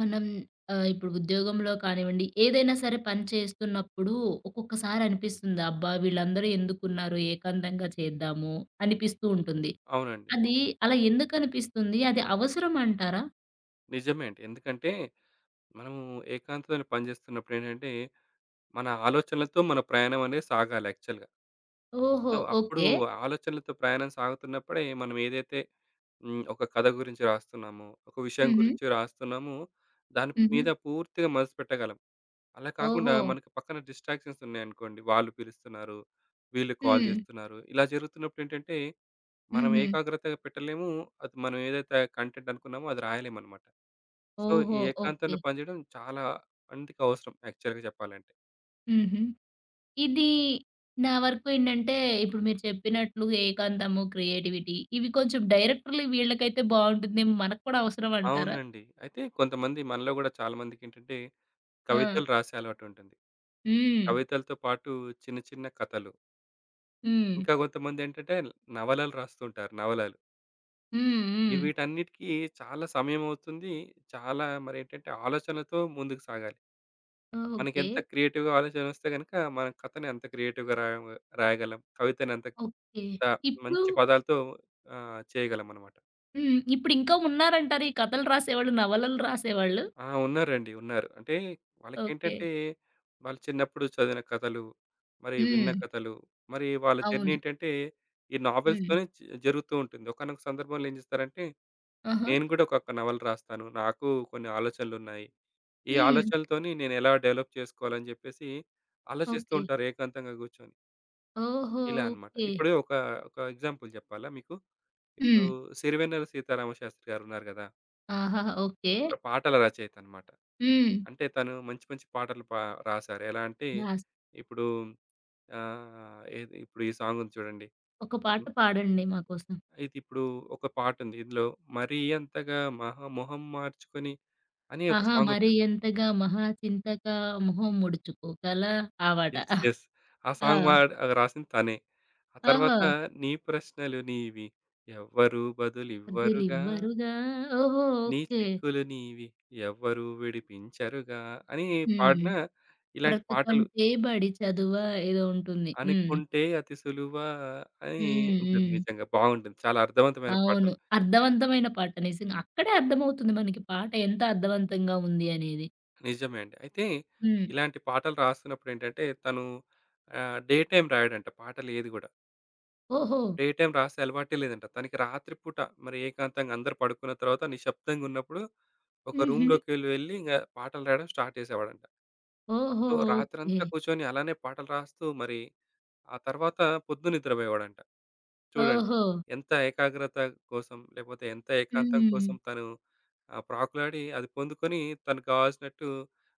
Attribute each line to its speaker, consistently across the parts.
Speaker 1: మనం ఇప్పుడు ఉద్యోగంలో కానివ్వండి, ఏదైనా సరే పని చేస్తున్నప్పుడు ఒక్కొక్కసారి అనిపిస్తుంది. అబ్బా! వీళ్ళందరూ ఎందుకున్నారు, ఏకాంతంగా చేద్దాము అనిపిస్తూ ఉంటుంది.
Speaker 2: అవునండి.
Speaker 1: అది అలా ఎందుకనిపిస్తుంది? అది అవసరం అంటారా?
Speaker 2: నిజమే అండి. ఎందుకంటే మనము ఏకాంతతోని పని చేస్తున్నప్పుడు ఏంటంటే, మన ఆలోచనలతో మన ప్రయాణం అనేది సాగాలి యాక్చువల్‌గా.
Speaker 1: ఓహో!
Speaker 2: సో, అప్పుడు
Speaker 1: ఓకే.
Speaker 2: ఆలోచనలతో ప్రయాణం సాగుతున్నప్పుడే మనం ఏదైతే ఒక కథ గురించి రాస్తున్నామో, ఒక విషయం
Speaker 1: హుహు.
Speaker 2: గురించి రాస్తున్నామో, దాని
Speaker 1: హుహు.
Speaker 2: మీద పూర్తిగా మనసు పెట్టగలం. అలా కాకుండా
Speaker 1: ఓహో!
Speaker 2: మనకి పక్కన డిస్ట్రాక్షన్స్ ఉన్నాయనుకోండి. వాళ్ళు పిలుస్తున్నారు, వీళ్ళు కాల్
Speaker 1: హ్మ్.
Speaker 2: చేస్తున్నారు. ఇలా జరుగుతున్నప్పుడు ఏంటంటే, మనం
Speaker 1: హుహు.
Speaker 2: ఏకాగ్రతగా పెట్టలేము. అది మనం ఏదైతే కంటెంట్ అనుకున్నామో అది రాయలేమనమాట. సో, ఈ
Speaker 1: ఓహో! ఓకే.
Speaker 2: ఏకాంతంలో పనిచేయడం చాలా మందికి అవసరం యాక్చువల్‌గా చెప్పాలంటే.
Speaker 1: హుహు. ఇది నా వరకు ఏంటంటే, ఇప్పుడు మీరు చెప్పినట్లు ఏకాంతము, క్రియేటివిటీ ఇవి కొంచెం డైరెక్టర్‌లు వీళ్ళకైతే బావుంటుందేమో, మనకు కూడా అవసరం అంటారా?
Speaker 2: అవునండి. అయితే కొంతమంది మనలో గూడా చాలా మందికేంటంటే,
Speaker 1: ఆ!
Speaker 2: కవితలు రాసే అలవాటుంటుంది.
Speaker 1: హ్మ్.
Speaker 2: కవితలతో పాటు చిన్న చిన్న కథలు,
Speaker 1: హ్మ్.
Speaker 2: ఇంకా కొంతమందేంటంటే నవలలు రాస్తుంటారు నవలలు.
Speaker 1: హ్మ్.
Speaker 2: ఈ
Speaker 1: హ్మ్.
Speaker 2: వీటన్నిటికి చాలా సమయమవుతుంది. చాలా మరేంటంటే ఆలోచనతో ముందుకు సాగాలి.
Speaker 1: ఓకే.
Speaker 2: మనకెంత క్రియేటివ్‌గా ఆలోచనొస్తే గనక మనం కథని అంత క్రియేటివ్‌గా రాయగలం. కవితని అంత
Speaker 1: ఓకే.
Speaker 2: త
Speaker 1: ఇప్పుడు
Speaker 2: మంచి పదాలతో చేయగలమనమాట.
Speaker 1: హ్మ్. ఇప్పుడింకా ఉన్నారంటారు ఈ కథలు రాసేవాళ్ళు, నవలలు రాసేవాళ్ళు.
Speaker 2: ఆ! ఉన్నారండి. ఉన్నారు. అంటే
Speaker 1: ఓకే.
Speaker 2: వాళ్ళకేంటంటే వాళ్ళు చిన్నప్పుడు చదివిన కథలు, మరి విన్న
Speaker 1: హ్మ్.
Speaker 2: కథలు, మరి వాళ్ళ జర్నీ
Speaker 1: అవును.
Speaker 2: ఏంటంటే ఈ
Speaker 1: హ్మ్.
Speaker 2: నావెల్స్‌తోనే జరుగుతూ ఉంటుంది. ఒకానొక సందర్భంలో ఏం చేస్తారంటే,
Speaker 1: ఆహా!
Speaker 2: నేను కూడా ఒక నవల రాస్తాను. నాకు కొన్ని ఆలోచనలున్నాయి. ఈ
Speaker 1: హ్మ్.
Speaker 2: ఆలోచనలతోని నేను ఎలా డెవలప్ చేసుకోవాలని చెప్పేసి ఆలోచిస్తూ
Speaker 1: ఓకే.
Speaker 2: ఉంటారు ఏకాంతంగా కూర్చొని.
Speaker 1: ఓహో!
Speaker 2: ఇలా అన్నమాట.
Speaker 1: ఓకే.
Speaker 2: ఇప్పుడు ఒక ఎగ్జాంపుల్ చెప్పాలా మీకు? ఇప్పుడు
Speaker 1: హ్మ్.
Speaker 2: 'సిరివెన్నెల సీతారామశాస్త్రి' గారున్నారు కదా!
Speaker 1: ఆహాహా! ఓకే.
Speaker 2: ఒక పాటల రచయిత అన్నమాట.
Speaker 1: హ్మ్.
Speaker 2: అంటే తను మంచి మంచి పాటలు పా రాసారు. ఎలా అంటే
Speaker 1: రాస్
Speaker 2: ఇప్పుడు ఏది ఇప్పుడు ఈ సాంగ్ ఉంది చూడండి.
Speaker 1: ఒక పాట
Speaker 2: హ్మ్.
Speaker 1: పాడండి మా కోసం.
Speaker 2: అయితే ఇప్పుడు ఒక పాటుంది. ఇందులో మరీ అంతగా మహా మొహం మార్చుకొని అని ఒక
Speaker 1: ఆహా!
Speaker 2: సాంగ్
Speaker 1: మరి
Speaker 2: ఉంటుంది.
Speaker 1: ఎంతగా మహా చింతగా మొహం ముడుచుకోగలా ఆ పాట.
Speaker 2: యెస్. యెస్. ఆ సాంగ్ మా
Speaker 1: ఆ!
Speaker 2: అది రాసింది తనే. ఆ తర్వాత
Speaker 1: ఆహా!
Speaker 2: నీ ప్రశ్నలు నీవి ఎవ్వరు బదులివ్వరుగా,
Speaker 1: వదిలివ్వరుగా. ఓహో!
Speaker 2: నీ
Speaker 1: ఓకే.
Speaker 2: చిక్కులు నీవి ఎవ్వరు విడిపించరుగా అని
Speaker 1: హ్మ్.
Speaker 2: పాడిన ఇలాంటి పాటలు
Speaker 1: బ్రతుకంటే బడి చదువా ఏదో ఉంటుంది. హ్మ్.
Speaker 2: అనుకుంటే అతి సులువా అని
Speaker 1: హ్మ్.
Speaker 2: ఉంటుంది
Speaker 1: హ్మ్.
Speaker 2: నిజంగా. బాగుంటుంది. చాలా అర్థవంతమైన పాటలు.
Speaker 1: అవును. అర్థవంతమైన పాట నిజంగా. అక్కడే అర్థమవుతుంది మనకి పాట ఎంత అర్థవంతంగా ఉంది అనేది.
Speaker 2: నిజమే అండి. అయితే
Speaker 1: హ్మ్.
Speaker 2: ఇలాంటి పాటలు రాస్తున్నప్పుడు ఏంటంటే తను డే టైమ్ రాయడంట పాటలు ఏది గూడా.
Speaker 1: ఓహో!
Speaker 2: డే టైమ్ రాసే అలవాటే లేదంట. తనకి రాత్రి పూట మరి ఏకాంతంగా అందరూ పడుకున్న తర్వాత నిశ్శబ్దంగా ఉన్నప్పుడు ఒక
Speaker 1: హుహు.
Speaker 2: వెళ్ళి పాటలు రాయడం స్టార్ట్ చేసేవాడంట.
Speaker 1: ఓహో!
Speaker 2: So,
Speaker 1: okay.
Speaker 2: రాత్రంతా కూర్చొని అలానే పాటలు రాస్తూ మరి ఆ తర్వాత పొద్దున నిద్రపోయేవాడంట. చూడండి.
Speaker 1: ఓహో!
Speaker 2: ఎంత ఏకాగ్రత కోసం, లేపోతే ఎంత ఏకాంతం
Speaker 1: హ్మ్.
Speaker 2: కోసం తను ప్రాకులాడి అది పొందుకొని తనకు కావాల్సినట్టు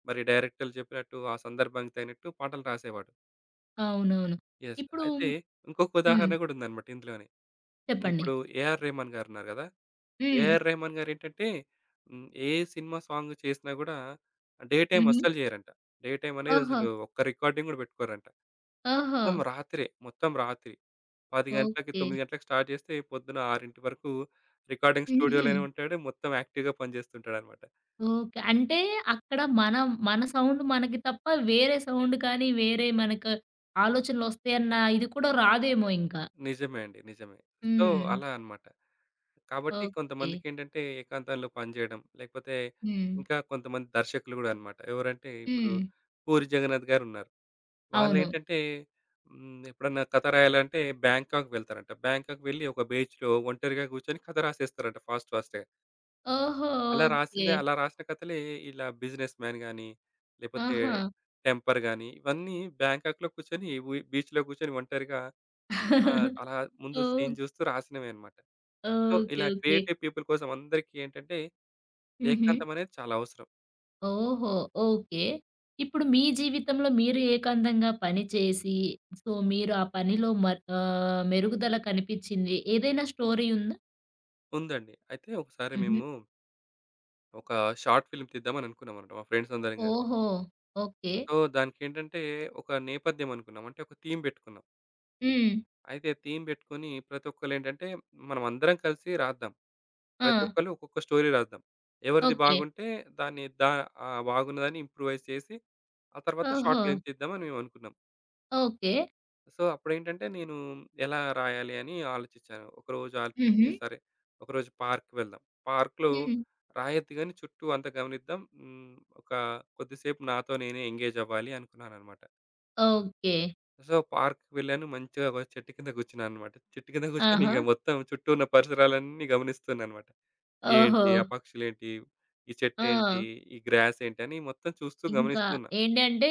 Speaker 2: మరి డైరెక్టర్లు చెప్పినట్టు ఆ సందర్భానికి తగినట్టు పాటలు రాసేవాడు.
Speaker 1: అవునవును.
Speaker 2: యెస్.
Speaker 1: ఇప్పుడు
Speaker 2: అయితే ఇంకొక
Speaker 1: హ్మ్.
Speaker 2: ఉదాహరణ గూడా ఉందన్నమాట ఇందులోనే.
Speaker 1: చెప్పండి.
Speaker 2: ఇప్పుడు 'ఏఆర్ రెహమాన్' గారున్నారు గదా!
Speaker 1: హ్మ్.
Speaker 2: 'ఏఆర్ రెహమాన్' గారేంటంటే హ్మ్. ఏ సినిమా సాంగ్ చేసినా గూడా డే టైమ్
Speaker 1: హుహు.
Speaker 2: అస్సలు జేయరంట. డే టైమ్ అనేది
Speaker 1: ఓహో!
Speaker 2: అసలు ఒక్క రికార్డింగ్ గూడా బెట్టుకోరంట.
Speaker 1: ఓహో!
Speaker 2: మొత్తం రాత్రే. మొత్తం రాత్రి. 10 గంటలకి,
Speaker 1: ఓకే.
Speaker 2: 9 గంటలకి స్టార్ట్ చేస్తే పొద్దున 6 వరకు రికార్డింగ్
Speaker 1: హుహు.
Speaker 2: స్టూడియోలోనే ఉంటాడు. మొత్తం యాక్టివ్‌గా పనిచేస్తుంటాడనమాట.
Speaker 1: ఓకే. అంటే అక్కడ మనం మన సౌండ్ మనకి తప్ప వేరే సౌండ్ కానీ, వేరే మనకు ఆలోచనలొస్తాయన్న ఇది కూడా రాదేమో ఇంకా.
Speaker 2: నిజమే అండి. నిజమే. సో,
Speaker 1: హ్మ్.
Speaker 2: అలా అనమాట. కాబట్టి
Speaker 1: ఓకే.
Speaker 2: కొంతమందికేంటంటే ఏకాంతంలో పనిచేయడం, లేకపోతే
Speaker 1: హ్మ్.
Speaker 2: ఇంకా కొంతమంది దర్శకులు గూడా అనమాట. ఎవరంటే ఇప్పుడు
Speaker 1: హ్మ్.
Speaker 2: పూరి జగన్నాథ్ గారున్నారు.
Speaker 1: అవును.
Speaker 2: వాళ్ళేంటంటే హ్మ్. ఎప్పుడన్నా కథ రాయాలంటే బ్యాంకాక్ వెళ్తారంట. బ్యాంకాక్ వెళ్ళి ఒక బీచ్‌లో ఒంటరిగా కూర్చొని కథ రాసేస్తారంట ఫాస్ట్ ఫాస్ట్‌గా.
Speaker 1: ఓహో! ఓకే.
Speaker 2: అలా రాసిన కథలే ఇలా బిజినెస్ మ్యాన్ గాని, లేపోతే
Speaker 1: ఆహా!
Speaker 2: టెంపర్ గాని ఇవన్నీ బ్యాంకాక్‌లో కూర్చొని బీచ్‌లో కూర్చొని ఒంటరిగా అలా ముందు
Speaker 1: ఓహ్!
Speaker 2: సీన్ చూస్తూ రాసినవే అన్నమాట. So,
Speaker 1: okay.
Speaker 2: ఇలా
Speaker 1: ఓకే.
Speaker 2: క్రియేటివ్ పీపుల్ కోసం అందరికీ ఏంటంటే
Speaker 1: హుహు.
Speaker 2: ఏకాంతం అనేది చాలా అవసరం.
Speaker 1: ఓహో! ఓకే. ఇప్పుడు మీ జీవితంలో మీరు ఏకాంతంగా పని చేసి, సో, మీరు ఆ పనిలో మెరుగుదల కనిపిచ్చింది, ఏదైనా స్టోరీ ఉందా?
Speaker 2: ఉందండి. అయితే ఒకసారి
Speaker 1: హుహు.
Speaker 2: మేము ఒక షార్ట్ ఫిల్మ్ తీద్దామని అనుకున్నాం అన్నమాట మా ఫ్రెండ్స్ అందరం కలిసి.
Speaker 1: ఓహో! ఓకే.
Speaker 2: సో, దానికేంటంటే ఒక నేపథ్యం అనుకున్నాం. అంటే ఒక థీమ్ పెట్టుకున్నాం.
Speaker 1: హ్మ్.
Speaker 2: అయితే థీమ్ పెట్టుకొని ప్రతి ఒక్కళ్ళు ఏంటంటే మనం అందరం కలిసి రాద్దాం.
Speaker 1: ఆ!
Speaker 2: ప్రతి ఒక్కళ్ళు ఒక్కొక్క స్టోరీ రాద్దాం. ఎవరిది
Speaker 1: ఓకే.
Speaker 2: బాగుంటే దాన్ని దా బాగున్నదని ఇంప్రూవైజ్ చేసి, ఆ తర్వాత
Speaker 1: ఓహో!
Speaker 2: షార్ట్ ఫిల్మ్ తీద్దామని మేమనుకున్నాం.
Speaker 1: ఓకే.
Speaker 2: సో, అప్పుడేంటంటే నేను ఎలా రాయాలి అని ఆలోచించాను. ఒకరోజు ఆలోచించి
Speaker 1: హుహు.
Speaker 2: సరే, ఒకరోజు పార్క్‌కి వెళ్దాం. పార్క్‌లో
Speaker 1: హ్మ్.
Speaker 2: రాయొద్దు గాని చుట్టూ అంతా గమనిద్దాం. హ్మ్. ఒక కొద్దిసేపు నాతో నేనే ఎంగేజ్ అవ్వాలి అనుకున్నాననమాట.
Speaker 1: ఓకే.
Speaker 2: సో, పార్క్‌కి వెళ్ళాను. మంచిగా ఒక చెట్టు కింద కూర్చున్నాననమాట. చెట్టు కింద కూర్చొని
Speaker 1: ఆహా!
Speaker 2: ఇక మొత్తం చుట్టూ ఉన్న పరిసరాలన్నీ గమనిస్తున్నాననమాట.
Speaker 1: ఓహో!
Speaker 2: ఏంటి? ఆ పక్షులేంటి? ఈ
Speaker 1: ఆ!
Speaker 2: చెట్టేంటి? ఈ గ్రాస్ ఏంటి? అని మొత్తం చూస్తూ
Speaker 1: ఇంకా
Speaker 2: గమనిస్తున్నా.
Speaker 1: ఏంటంటే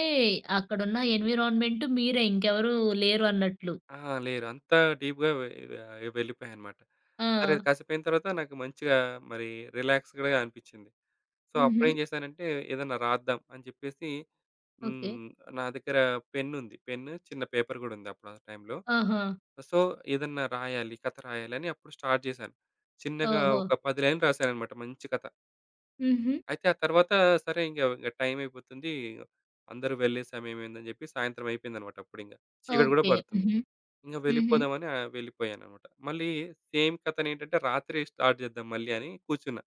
Speaker 1: అక్కడున్న ఎన్విరాన్మెంట్ మీరే, ఇంకెవరు లేరు అన్నట్లు.
Speaker 2: ఆ! లేరు. అంత డీప్‌గా వె వెళ్ళిపోయానన్నమాట.
Speaker 1: ఆ!
Speaker 2: సరే అది కాసేపు అయిన తర్వాత నాకు మంచిగా మరి రిలాక్స్‌గా అనిపించింది. సో,
Speaker 1: హుహు.
Speaker 2: అప్పుడేం చేశానంటే ఏదన్నా రాద్దాం అని చెప్పేసి
Speaker 1: ఓకే.
Speaker 2: హ్మ్. నా దగ్గర పెన్నుంది. పెన్ను, చిన్న పేపర్ గూడా ఉంది అప్పుడు ఆ టైంలో.
Speaker 1: ఆహా!
Speaker 2: సో, ఏదన్నా రాయాలి, కథ రాయాలని అప్పుడు స్టార్ట్ చేశాను. చిన్నగా
Speaker 1: ఓహో!
Speaker 2: ఒక 10 లైన్‌లు రాశానన్నమాట మంచి కథ.
Speaker 1: హుహు.
Speaker 2: అయితే ఆ తర్వాత సరే ఇంగ ఇంగ టైం అయిపోతుంది. అందరూ వెళ్ళే సమయమయిందని జెప్పి సాయంత్రం అయిపోయిందనమాట అప్పుడింగ. చీకటి గూడా
Speaker 1: ఓకే.
Speaker 2: పడుతుంది.
Speaker 1: హుహు.
Speaker 2: ఇంగ
Speaker 1: హుహు.
Speaker 2: వెళ్ళిపోదామని వెళ్ళిపోయాననమాట. మళ్ళీ సేమ్ కథనేంటంటే రాత్రే స్టార్ట్ జేద్దాం మళ్ళీ అని కూర్చున్నా.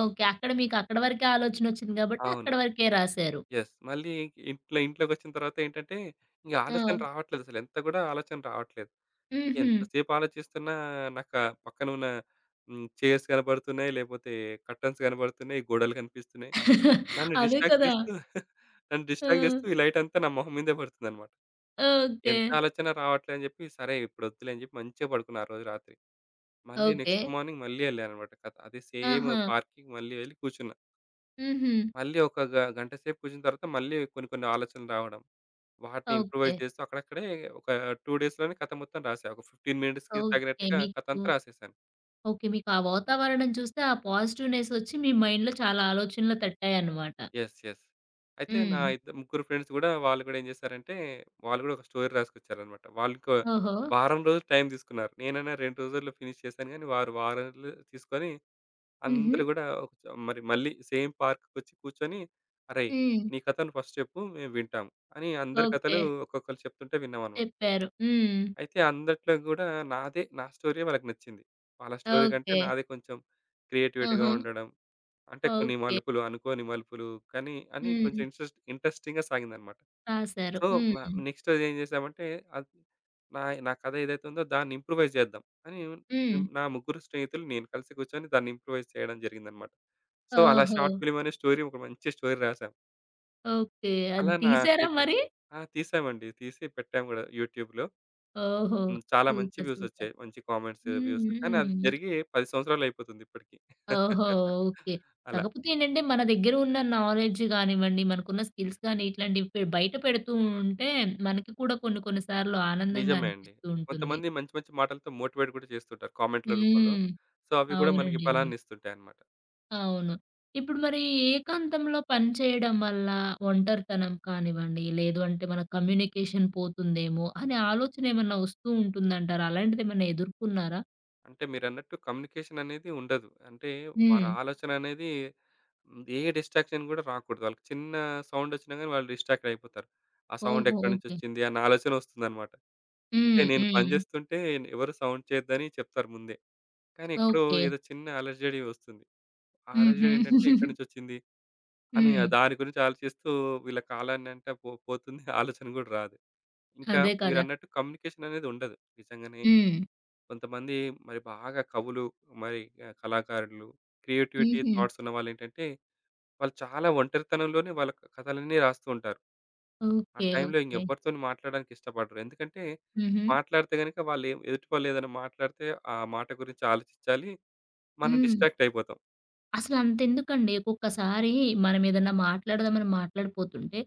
Speaker 1: ఓకే. అక్కడ మీకు అక్కడ వరకే ఆలోచనొచ్చింది కాబట్టి
Speaker 2: అవును.
Speaker 1: అక్కడ వరకే రాసారు.
Speaker 2: యెస్. మళ్ళీ ఇంట్లోకొచ్చిన తర్వాత ఏంటంటే ఇంగ ఆలోచన
Speaker 1: ఆ!
Speaker 2: రావట్లేదసలు. ఎంత గూడా ఆలోచన రావట్లేదు.
Speaker 1: హుహు.
Speaker 2: ఎంతసేపు ఆలోచిస్తున్నా నాకా పక్కనున్న హ్మ్. చైర్స్ కనబడుతున్నాయి. లేపోతే కర్టెన్స్ కనబడుతున్నాయి. గోడలు కనిపిస్తున్నాయి. నన్ను
Speaker 1: అదే
Speaker 2: డిస్ట్రాక్ట్
Speaker 1: కదా!
Speaker 2: చేస్తూ నన్ను
Speaker 1: ఆ!
Speaker 2: డిస్ట్రాక్ట్ చేస్తూ ఈ లైటంతా నా మొహం మీదే పడుతుందనమాట.
Speaker 1: ఓకే.
Speaker 2: ఎంత ఆలోచన రావట్లే అని జెప్పి, సరే ఇప్పుడొద్దులే అని జెప్పి మంచిగా పడుకున్నా ఆ రోజు రాత్రి. మళ్ళీ
Speaker 1: ఓకే.
Speaker 2: నెక్స్ట్ మార్నింగ్ మళ్ళీ ఎళ్ళాననమాట. కథ అదే సేమ్
Speaker 1: ఆహా!
Speaker 2: పార్క్‌కి మళ్ళీ వెళ్లి కూర్చున్నా.
Speaker 1: హుహు.
Speaker 2: మళ్ళీ ఒక గంట సేపు కూర్చున్న తర్వాత మళ్ళీ కొన్ని కొన్ని ఆలోచనలు రావడం. వాటిని
Speaker 1: ఓకే.
Speaker 2: ఇంప్రూవైజ్ చేస్తూ అక్కడక్కడే ఒక 2 డేస్‌లోనే కథ మొత్తం రాసా. ఒక 15 మినిట్స్‌కి
Speaker 1: ఓకే.
Speaker 2: తగినట్టుగా
Speaker 1: మీకు
Speaker 2: కథంతా రాసేసాను.
Speaker 1: ఓకే. మీకు ఆ వాతావరణం చూస్తే ఆ పాజిటివ్‌నెస్ ఒచ్చి మీ మైండ్‌లో చాలా ఆలోచనలు తట్టాయన్నమాట.
Speaker 2: యెస్. యెస్. అయితే నా
Speaker 1: హ్మ్.
Speaker 2: ఇద్ద ముగ్గురు ఫ్రెండ్స్ గూడా వాళ్ళు గూడా ఏం జేశారంటే, వాళ్ళు గూడా ఒక స్టోరీ రాసుకొచ్చారనమాట. వాళ్ళకో
Speaker 1: ఓహో!
Speaker 2: వారం రోజులు టైం తీసుకున్నారు. నేనైనా 2 రోజుల్లో ఫినిష్ చేశాను గానీ, వారు వారం రోజులు తీసుకొని
Speaker 1: హుహు.
Speaker 2: అందరూ గూడా ఒక చ మరి మళ్ళీ సేమ్ పార్క్‌కొచ్చి కూర్చొని, "అరేయ్!
Speaker 1: హ్మ్.
Speaker 2: నీ కథ నువ్వు ఫస్ట్ చెప్పు మేము వింటాం" అని అందరి
Speaker 1: ఓకే.
Speaker 2: కథలు ఒక్కొక్కళ్ళు చెప్తుంటే విన్నామనమాట.
Speaker 1: చెప్పారు. హ్మ్.
Speaker 2: అయితే అందట్లో గూడా నా స్టోరీయే వాళ్ళకి నచ్చింది. వాళ్ళ స్టోరీ కంటే
Speaker 1: ఓకే.
Speaker 2: నాదే కొంచెం క్రియేటివిటీగా
Speaker 1: ఆహా!
Speaker 2: ఉండడం. అంటే కొన్ని
Speaker 1: ఓకే.
Speaker 2: మలుపులు, అనుకోని మలుపులు కానీ అని కొంచెం
Speaker 1: హ్మ్.
Speaker 2: ఇంట్రెస్టింగ్‌గా సాగిందనమాట.
Speaker 1: రాసారు.
Speaker 2: సో, మ
Speaker 1: హ్మ్.
Speaker 2: నెక్స్ట్ ఏం చేశామంటే అది నా నా కథ ఏదైతే ఉందో దాన్ని ఇంప్రూవైజ్ చేద్దాం అని
Speaker 1: హ్మ్.
Speaker 2: మేం నా ముగ్గురు స్నేహితులు నేను కలిసి కూర్చొని దాన్ని ఇంప్రూవైజ్ చేయడం జరిగిందనమాట. సో, అలా
Speaker 1: ఓహో!
Speaker 2: షార్ట్ ఫిల్మ్ అనే స్టోరీ ఒక మంచి స్టోరీ రాసాం.
Speaker 1: ఓకే. అది
Speaker 2: అలా
Speaker 1: తీసారా
Speaker 2: కేక
Speaker 1: మరి?
Speaker 2: ఆ! తీసామండి. తీసి పెట్టాం గూడా యూట్యూబ్‌లో.
Speaker 1: ఓహో!
Speaker 2: హ్మ్. చాలా మంచి
Speaker 1: సూపర్. సూపర్.
Speaker 2: వ్యూసొచ్చాయి. మంచి కామెంట్స్,
Speaker 1: హ్మ్.
Speaker 2: వ్యూస్. కానీ అది
Speaker 1: హ్మ్.
Speaker 2: జరిగి 10 సంవత్సరాలయిపోతుంది ఇప్పటికి.
Speaker 1: ఓహో! ఓకే.
Speaker 2: అలా.
Speaker 1: కాకపోతే ఏంటంటే, మన దగ్గర ఉన్న నాలెడ్జ్ గానివ్వండి, మనకున్న స్కిల్స్ గాని, ఇట్లాంటివి బయట పెడుతూ ఉంటే, మనకి కూడా కొన్ని కొన్ని సార్లు ఆనందంగా
Speaker 2: నిజమే అండి.
Speaker 1: అనిపిస్తూ ఉంటుంది.
Speaker 2: కొంతమంది మంచి మంచి మాటలతో మోటివేట్ గూడా చేస్తుంటారు కామెంట్‌ల రూపంలో.
Speaker 1: హ్మ్.
Speaker 2: సో, అవి గూడా మనకి
Speaker 1: అవునండి. అవును.
Speaker 2: బలాన్నిస్తుంటాయన్నమాట.
Speaker 1: అవును. ఇప్పుడు మరి ఏకాంతంలో పని చేయడం వల్ల ఒంటరితనం కానివ్వండి, లేదు అంటే మన కమ్యూనికేషన్ పోతుందేమో అనే ఆలోచన ఏమన్నా వస్తూ ఉంటుందంటారా? అలాంటిదేమన్నా ఎదుర్కొన్నారా?
Speaker 2: అంటే మీరన్నట్టు కమ్యూనికేషన్ అనేది ఉండదు. అంటే వారి
Speaker 1: హ్మ్.
Speaker 2: ఆలోచన అనేది ఏ డిస్ట్రాక్షన్ గూడా రాకూడదు. వాళ్ళకి చిన్న సౌండొచ్చినా గానీ వాళ్ళు డిస్ట్రాక్ట్ అయిపోతారు. ఆ సౌండ్
Speaker 1: ఓహో!
Speaker 2: ఎక్కడి
Speaker 1: ఓకే.
Speaker 2: నుంచొచ్చింది అన్న ఆలోచన వస్తుందన్నమాట. అంటే
Speaker 1: హ్మ్.
Speaker 2: నేను పని
Speaker 1: హ్మ్.
Speaker 2: జేస్తుంటే ఎవరు సౌండ్ చేయొద్దని చెప్తారు ముందే. కానీ ఎక్కడో
Speaker 1: ఓకే.
Speaker 2: ఏదో చిన్న అలర్జడి వస్తుంది. ఆ
Speaker 1: హుహు.
Speaker 2: అలర్జడి ఏంటంటే ఎక్కడి నుంచొచ్చింది? అని
Speaker 1: హ్మ్.
Speaker 2: ఆ దాని గురించి ఆలోచిస్తూ వీళ్ళ కాలాన్నంతా పోతుంది. ఆలోచన గూడా రాదు. ఇంకా
Speaker 1: అదే కదా!
Speaker 2: మీరన్నట్టు కమ్యూనికేషన్ అనేది ఉండదు. నిజంగానే
Speaker 1: హ్మ్.
Speaker 2: కొంతమంది మరి బాగా కవులు, మరి కళాకారులు, క్రియేటివిటీ
Speaker 1: హుహు.
Speaker 2: థాట్స్ ఉన్నవాళ్ళేంటంటే వాళ్ళు ఏంటంటే వాళ్ళు చాలా ఒంటరితనంలోనే వాళ్ళ కథలన్నీ రాస్తూ ఉంటారు. ఆ
Speaker 1: ఓకే.
Speaker 2: టైంలో
Speaker 1: ఓకే.
Speaker 2: ఇంకెవ్వరితోని మాట్లాడడానికి ఇష్టపడరు. ఎందుకంటే
Speaker 1: హుహు.
Speaker 2: మాట్లాడితే గనుక ఎదుటి వాళ్ళు ఏదైనా మాట్లాడితే ఆ మాట గురించి ఆలోచించాలి. మనం
Speaker 1: హ్మ్.
Speaker 2: డిస్ట్రాక్ట్ అయిపోతాం.
Speaker 1: అసలంతెందుకండి ఒక్కొక్కసారి మనం ఏదన్నా మాట్లాడదామని మాట్లాడిపోతుంటే,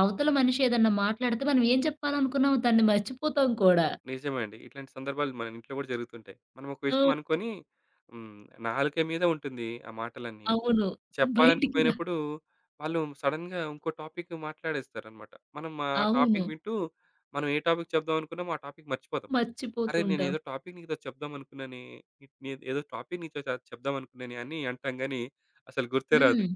Speaker 1: అవతల మనిషి ఏదన్నా మాట్లాడితే మనం ఏం చెప్పాలనుకున్నామో దాన్ని మర్చిపోతాం కూడా.
Speaker 2: నిజమే అండి. ఇట్లాంటి సందర్భాలు మన ఇంట్లో గూడా జరుగుతుంటాయి. మనం ఒక విషయం
Speaker 1: హ్మ్.
Speaker 2: అనుకోని హ్మ్. నాలుక మీద ఉంటుంది ఆ మాటలన్నీ.
Speaker 1: అవును. బయటికి రా
Speaker 2: చెప్పాలనుకుపోయినప్పుడు వాళ్ళు సడెన్‌గా ఇంకో టాపిక్ మాట్లాడేస్తారనమాట. మనం ఆ
Speaker 1: అవును.
Speaker 2: టాపిక్ వింటూ మనం ఏ టాపిక్ చెప్దాం అనుకున్నామో ఆ టాపిక్ మర్చిపోతాం. అరే!
Speaker 1: మర్చిపోతుంటాం.
Speaker 2: నేనేదో టాపిక్ నీతో చెప్దాం అనుకున్నానే, నే ఏదో టాపిక్ నీతో చెప్దాం అనుకున్నానే అని అంటాం గానీ అసలు గుర్తే రాదు.
Speaker 1: హ్మ్.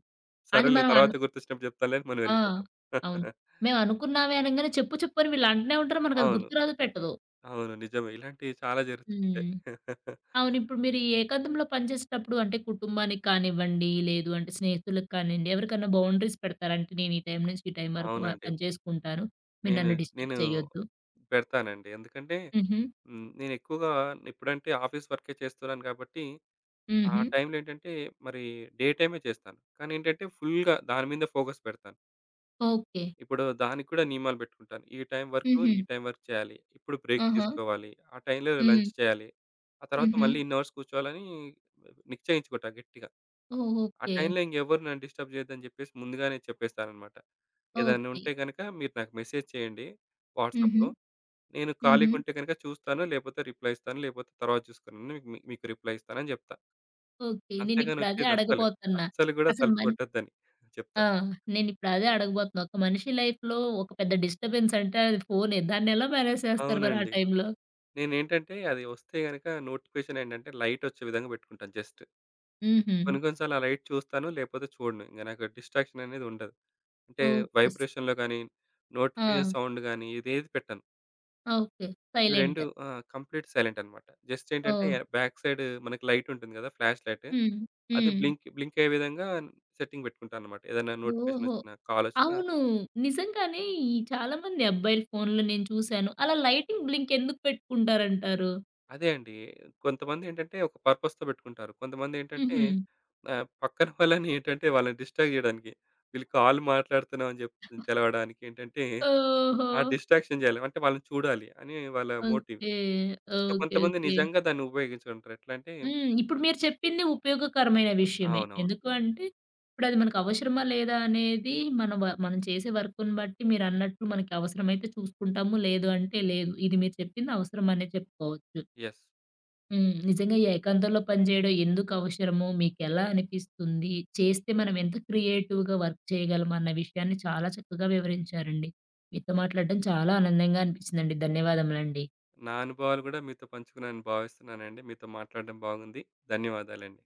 Speaker 1: అది
Speaker 2: సరేలే
Speaker 1: మనం
Speaker 2: తర్వాత
Speaker 1: అను
Speaker 2: గుర్తొచ్చినప్పుడు చెప్తాంలే అని మనం
Speaker 1: ఆ!
Speaker 2: వెళ్ళిపోతాం.
Speaker 1: అవును. మేమనుకున్నామే అనంగానే చెప్పు చెప్పు అని వీళ్ళంటనే ఉంటారు. మనకది
Speaker 2: అవును.
Speaker 1: గుర్తురాదు, పెట్టదు.
Speaker 2: అవును. నిజమే. ఇలాంటివి చాలా జరుగుతుంటాయి.
Speaker 1: హ్మ్. అవును. ఇప్పుడు మీరు ఈ ఏకాంతంలో పనిచేసేటప్పుడు అంటే కుటుంబానికి కానివ్వండి, లేదు అంటే స్నేహితులకు కానియండి, ఎవరికన్నా బౌండరీస్ పెడతారా? అంటే నేను ఈ టైం నుంచి ఈ టైం వరకు
Speaker 2: అవునండి.
Speaker 1: పని చేసుకుంటాను. మీరు
Speaker 2: నేను
Speaker 1: నన్ను డిస్టర్బ్
Speaker 2: నేను
Speaker 1: చేయొద్దు.
Speaker 2: పెడతానండి. ఎందుకంటే
Speaker 1: హుహు.
Speaker 2: హ్మ్. నేను ఎక్కువగా ఇప్పుడంటే ఆఫీస్ వర్కే చేస్తున్నాను కాబట్టి, ఆ
Speaker 1: హుహు.
Speaker 2: టైంలో ఏంటంటే మరి డే టైమే చేస్తాను. కానీ ఏంటంటే ఫుల్‌గా దాని మీద ఫోకస్ పెడతాను.
Speaker 1: ఓకే.
Speaker 2: ఇప్పుడు దానికి కూడా నియమాలు పెట్టుకుంటాను. ఈ టైం వరకు,
Speaker 1: హుహు.
Speaker 2: ఈ టైం వరకు చేయాలి. ఇప్పుడు బ్రేక్
Speaker 1: ఆహా!
Speaker 2: తీసుకోవాలి. ఆ టైంలో
Speaker 1: హ్మ్.
Speaker 2: లంచ్ చేయాలి. ఆ తర్వాత
Speaker 1: హుహు.
Speaker 2: మళ్ళీ ఇన్ని అవర్స్ కూర్చోవాలని నిశ్చయించుకుంటా గట్టిగా.
Speaker 1: ఓహ్!
Speaker 2: ఆ
Speaker 1: ఓకే.
Speaker 2: టైంలో ఇంకెవ్వరు నన్ను డిస్టర్బ్ చేయొద్దని చెప్పేసి ముందుగానే చెప్పేస్తాననమాట. ఏదైనా
Speaker 1: ఓకే.
Speaker 2: ఉంటే గనక మీరు నాకు మెసేజ్ చేయండి
Speaker 1: హుహు.
Speaker 2: వాట్సాప్‌లో. నేను
Speaker 1: హుహు.
Speaker 2: ఖాళీగుంటే గనుక చూస్తాను. లేపోతే రిప్లై ఇస్తాను. లేపోతే తర్వాత చూసుకుని మీకు రిప్లై ఇస్తానని జెప్తా.
Speaker 1: ఓకే.
Speaker 2: అంతేగాని
Speaker 1: నేనిప్పుడు అదే
Speaker 2: వచ్చేది అస్సలు.
Speaker 1: అడగబోతున్నా.
Speaker 2: అస్సలు గూడా
Speaker 1: అసలు
Speaker 2: తలుపు
Speaker 1: మన్
Speaker 2: కొట్టొద్దని చెప్తా.
Speaker 1: ఆ! నేనిప్పుడు అదే అడగబోతున్నా. ఒక మనిషి లైఫ్‌లో ఒక పెద్ద డిస్టర్బెన్స్ అంటే అది ఫోనే. దాన్నెలా మేనేజ్ చేస్తారు మరి ఆ
Speaker 2: అవునండి.
Speaker 1: టైంలో?
Speaker 2: నేనేంటంటే అది వస్తే గనక నోటిఫికేషన్ ఏంటంటే లైట్ వచ్చే విధంగా పెట్టుకుంటాను జస్ట్.
Speaker 1: హుహు.
Speaker 2: కొన్ని కొన్ని సార్లు ఆ లైట్ చూస్తాను. లేపోతే చూడను. ఇంక నాకు డిస్ట్రాక్షన్ అనేది ఉండదు. అంటే
Speaker 1: ఓకే.
Speaker 2: వైబ్రేషన్‌లో గాని,
Speaker 1: ఆ!
Speaker 2: నోటిఫికేషన్ సౌండ్ గాని ఇదేది పెట్టను.
Speaker 1: ఓకే.
Speaker 2: ఇవి 2
Speaker 1: సైలెంట్.
Speaker 2: ఆ! కంప్లీట్ సైలెంట్ అనమాట. జస్ట్ ఏంటంటే
Speaker 1: ఓహ్!
Speaker 2: బ్యాక్ సైడ్ మనకి లైట్ ఉంటుంది గదా! Flash light.
Speaker 1: హ్మ్.
Speaker 2: అది
Speaker 1: హ్మ్.
Speaker 2: బ్లింక్ బ్లింక్ అయ్యే విధంగా సెట్టింగ్ పెట్టుకుంటానన్నమాట. ఏదైనా నోటిఫికేషన్
Speaker 1: ఓహో!
Speaker 2: వచ్చినా, కాల్ వచ్చినా
Speaker 1: అవును. నిజంగానే ఈ చాలా మంది అబ్బాయిల ఫోన్‌లో నేను చూసాను. అలా లైటింగ్ బ్లింక్ ఎందుకు పెట్టుకుంటారంటారు?
Speaker 2: అదే అండి. కొంతమంది ఏంటంటే ఒక పర్పస్‌తో పెట్టుకుంటారు. కొంతమంది ఏంటంటే
Speaker 1: హుహు.
Speaker 2: పక్కన వాళ్ళని ఏంటంటే వాళ్ళని డిస్ట్రాక్ట్ చేయడానికి. వీళ్ళు కాల్ మాట్లాడుతున్నాం అని చెప్పి తెలవడానికి ఏంటంటే
Speaker 1: ఓహో!
Speaker 2: ఆ డిస్ట్రాక్షన్ చేయాలి. అంటే వాళ్ళని చూడాలి అని వాళ్ళ మోటివ్.
Speaker 1: ఓకే.
Speaker 2: So,
Speaker 1: okay.
Speaker 2: కొంతమంది
Speaker 1: ఓకే.
Speaker 2: నిజంగా దాన్ని ఉపయోగించుకుంటారు. ఎట్లా అంటే
Speaker 1: హ్మ్. ఇప్పుడు మీరు చెప్పింది ఉపయోగకరమైన విషయమే.
Speaker 2: అవునవును.
Speaker 1: ఎందుకు అంటే, ఇప్పుడది మనకు అవసరమా లేదా అనేది మన వ మనం చేసే వర్క్‌ని బట్టి మీరన్నట్లు మనకి అవసరమైతే చూసుకుంటాము. లేదు అంటే లేదు. ఇది మీరు చెప్పింది అవసరం అనే చెప్పుకోవచ్చు.
Speaker 2: యెస్.
Speaker 1: హ్మ్. నిజంగా ఈ ఏకాంతంలో పనిచేయడం ఎందుకవసరమో, మీకెలా అనిపిస్తుంది, చేస్తే మనం ఎంత క్రియేటివ్‌గా వర్క్ చేయగలం అన్న విషయాన్ని చాలా చక్కగా వివరించారండి. మీతో మాట్లాడడం చాలా ఆనందంగా అనిపిచ్చిందండి. ధన్యవాదములండి.
Speaker 2: నా అనుభవాలు కూడా మీతో పంచుకున్నానని భావిస్తున్నానండి. మీతో మాట్లాడడం బాగుంది. ధన్యవాదాలండి.